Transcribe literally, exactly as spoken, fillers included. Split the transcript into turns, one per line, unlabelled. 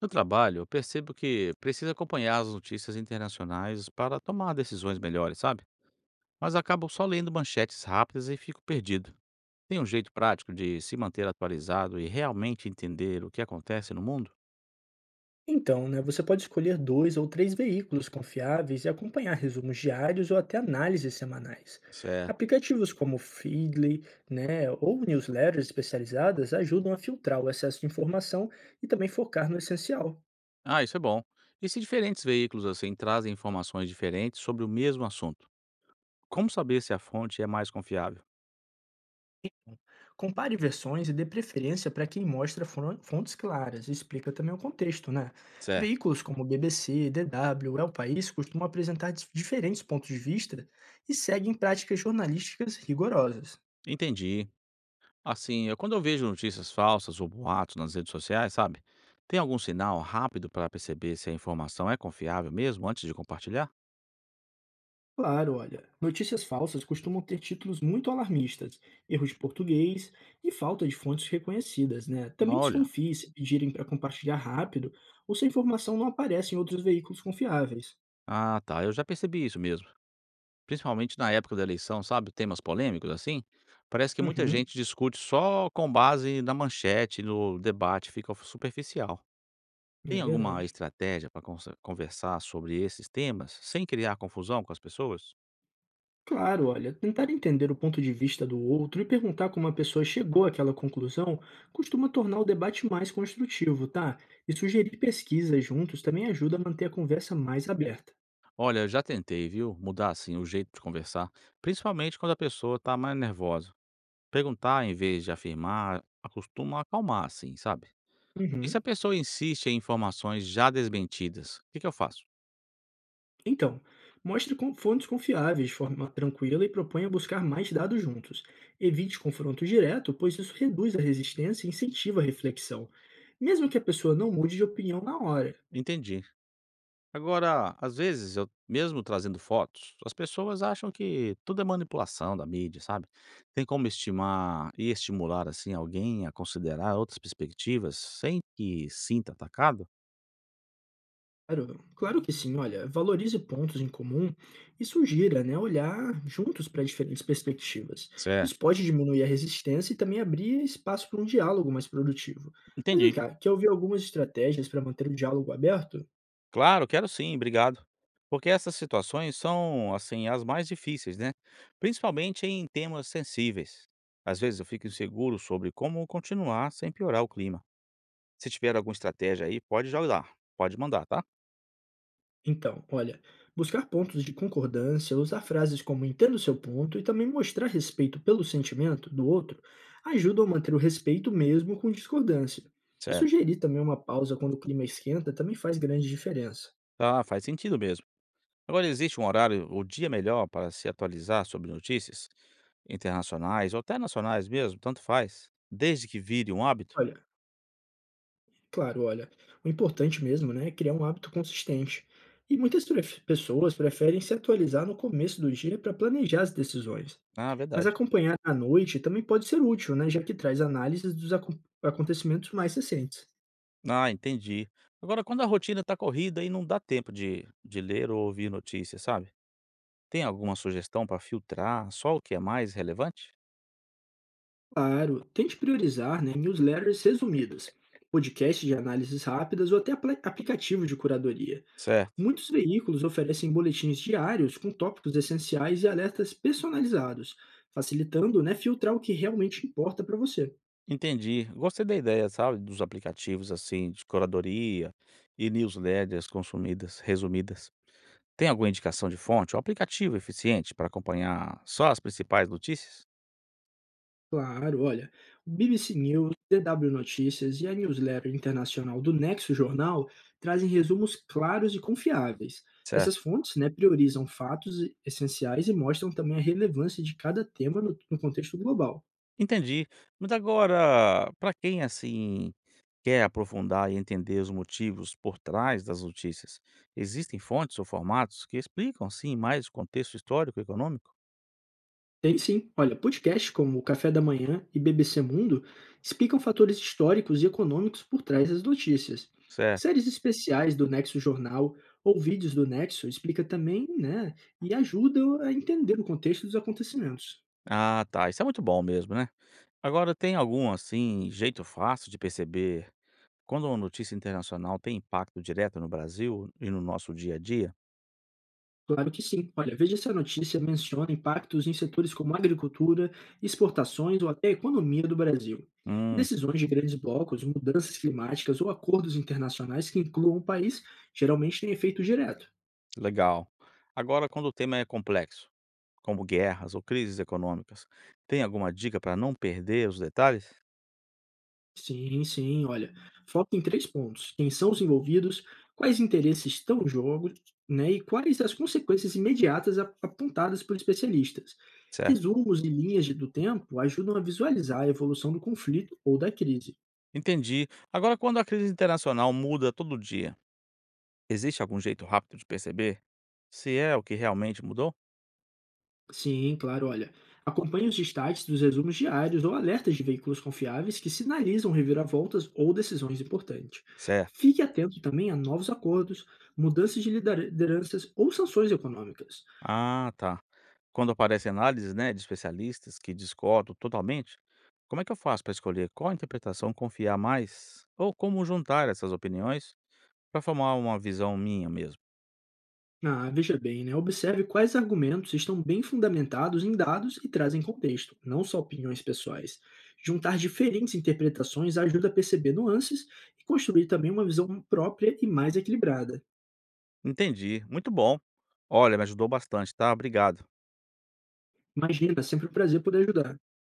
No trabalho, eu percebo que preciso acompanhar as notícias internacionais para tomar decisões melhores, sabe? Mas acabo só lendo manchetes rápidas e fico perdido. Tem um jeito prático de se manter atualizado e realmente entender o que acontece no mundo?
Então, né, você pode escolher dois ou três veículos confiáveis e acompanhar resumos diários ou até análises semanais.
Certo.
Aplicativos como Feedly, né, ou newsletters especializadas ajudam a filtrar o excesso de informação e também focar no essencial.
Ah, isso é bom. E se diferentes veículos assim trazem informações diferentes sobre o mesmo assunto? Como saber se a fonte é mais confiável?
Compare versões e dê preferência para quem mostra fron- fontes claras e explica também o contexto, né?
Certo.
Veículos como B B C, D W, El País costumam apresentar dif- diferentes pontos de vista e seguem práticas jornalísticas rigorosas.
Entendi. Assim, eu, quando eu vejo notícias falsas ou boatos nas redes sociais, sabe? Tem algum sinal rápido para perceber se a informação é confiável mesmo antes de compartilhar?
Claro, olha, notícias falsas costumam ter títulos muito alarmistas, erros de português e falta de fontes reconhecidas, né? Também
Olha,
desconfie se pedirem para compartilhar rápido ou se a informação não aparece em outros veículos confiáveis.
ah tá, eu já percebi isso mesmo. Principalmente na época da eleição, sabe? Temas polêmicos assim. Parece que muita
Uhum,
gente discute só com base na manchete, no debate, fica superficial.
é
Tem alguma
verdade.
estratégia para conversar sobre esses temas sem criar confusão com as pessoas?
Claro, olha, tentar entender o ponto de vista do outro e perguntar como a pessoa chegou àquela conclusão costuma tornar o debate mais construtivo, tá? E sugerir pesquisas juntos também ajuda a manter a conversa mais aberta.
Olha, já tentei, viu, mudar assim o jeito de conversar, principalmente quando a pessoa tá mais nervosa. Perguntar em vez de afirmar acostuma acalmar, assim, sabe? E se a
Uhum.
pessoa insiste em informações já desmentidas, o que que eu faço?
Então, mostre com fontes confiáveis de forma tranquila e proponha buscar mais dados juntos. Evite confronto direto, pois isso reduz a resistência e incentiva a reflexão, mesmo que a pessoa não mude de opinião na hora.
Entendi. Agora, às vezes, eu mesmo trazendo fotos, as pessoas acham que tudo é manipulação da mídia, sabe? Tem como estimar e estimular assim alguém a considerar outras perspectivas sem que sinta atacado?
Claro, claro que sim, olha, valorize pontos em comum e sugira, né, olhar juntos para diferentes perspectivas.
Certo.
Isso pode diminuir a resistência e também abrir espaço para um diálogo mais produtivo. Mas vem
Entendi.
cá, quer ouvir algumas estratégias para manter o diálogo aberto?
Claro, quero sim, obrigado. Porque essas situações são, assim, as mais difíceis, né? Principalmente em temas sensíveis. Às vezes eu fico inseguro sobre como continuar sem piorar o clima. Se tiver alguma estratégia aí, pode jogar, pode mandar, tá?
Então, olha, buscar pontos de concordância, usar frases como entendo seu ponto e também mostrar respeito pelo sentimento do outro ajudam a manter o respeito mesmo com discordância. E
Certo.
sugerir também uma pausa quando o clima esquenta também faz grande diferença.
Tá, faz sentido mesmo. Agora, existe um horário ou dia melhor para se atualizar sobre notícias internacionais ou até nacionais mesmo, tanto faz, desde que vire um hábito?
Olha, claro, olha, o importante mesmo, né, é criar um hábito consistente. E muitas pref- pessoas preferem se atualizar no começo do dia para planejar as decisões.
Ah,
Mas
verdade.
acompanhar à noite também pode ser útil, né, já que traz análises dos acon- acontecimentos mais recentes.
Ah, entendi. Agora, quando a rotina tá corrida e não dá tempo de, de ler ou ouvir notícias, sabe? Tem alguma sugestão para filtrar só o que é mais relevante?
Claro, tente priorizar né, newsletters resumidas, podcasts de análises rápidas ou até apla- aplicativo de curadoria.
Certo.
Muitos veículos oferecem boletins diários com tópicos essenciais e alertas personalizados, facilitando né, filtrar o que realmente importa para você.
Entendi. Gostei da ideia, sabe, dos aplicativos assim de curadoria e newsletters consumidas, resumidas. Tem alguma indicação de fonte ou aplicativo eficiente para acompanhar só as principais notícias?
Claro, olha, o B B C News, D W Notícias e a newsletter internacional do Nexo Jornal trazem resumos claros e confiáveis.
Certo.
Essas fontes, né, priorizam fatos e- essenciais e mostram também a relevância de cada tema no, no contexto global.
Entendi. Mas agora, para quem, assim, quer aprofundar e entender os motivos por trás das notícias, existem fontes ou formatos que explicam, assim, mais o contexto histórico e econômico?
Tem sim. Olha, podcasts como o Café da Manhã e B B C Mundo explicam fatores históricos e econômicos por trás das notícias.
Certo.
Séries especiais do Nexo Jornal ou vídeos do Nexo explica também, né, e ajudam a entender o contexto dos acontecimentos.
Ah, tá. Isso é muito bom mesmo, né? Agora, tem algum, assim, jeito fácil de perceber quando uma notícia internacional tem impacto direto no Brasil e no nosso dia a dia?
Claro que sim. Olha, veja se a notícia menciona impactos em setores como agricultura, exportações ou até a economia do Brasil.
Hum.
Decisões de grandes blocos, mudanças climáticas ou acordos internacionais que incluam o país geralmente têm efeito direto.
Legal. Agora, quando o tema é complexo, como guerras ou crises econômicas, tem alguma dica para não perder os detalhes?
Sim, sim. Olha, foca em três pontos: quem são os envolvidos, quais interesses estão em jogo, né, e quais as consequências imediatas a- apontadas por especialistas.
Certo.
Resumos e linhas de- do tempo ajudam a visualizar a evolução do conflito ou da crise.
Entendi. Agora, quando a crise internacional muda todo dia, existe algum jeito rápido de perceber se é o que realmente mudou?
Sim, claro, olha. Acompanhe os destaques dos resumos diários ou alertas de veículos confiáveis que sinalizam reviravoltas ou decisões importantes.
Certo.
Fique atento também a novos acordos, mudanças de lideranças ou sanções econômicas.
Ah, tá. Quando aparecem análises, né, de especialistas que discordo totalmente, como é que eu faço para escolher qual interpretação confiar mais ou como juntar essas opiniões para formar uma visão minha mesmo?
Ah, veja bem, né? Observe quais argumentos estão bem fundamentados em dados e trazem contexto, não só opiniões pessoais. Juntar diferentes interpretações ajuda a perceber nuances e construir também uma visão própria e mais equilibrada.
Entendi, muito bom. Olha, me ajudou bastante, tá? Obrigado.
Imagina, é sempre um prazer poder ajudar.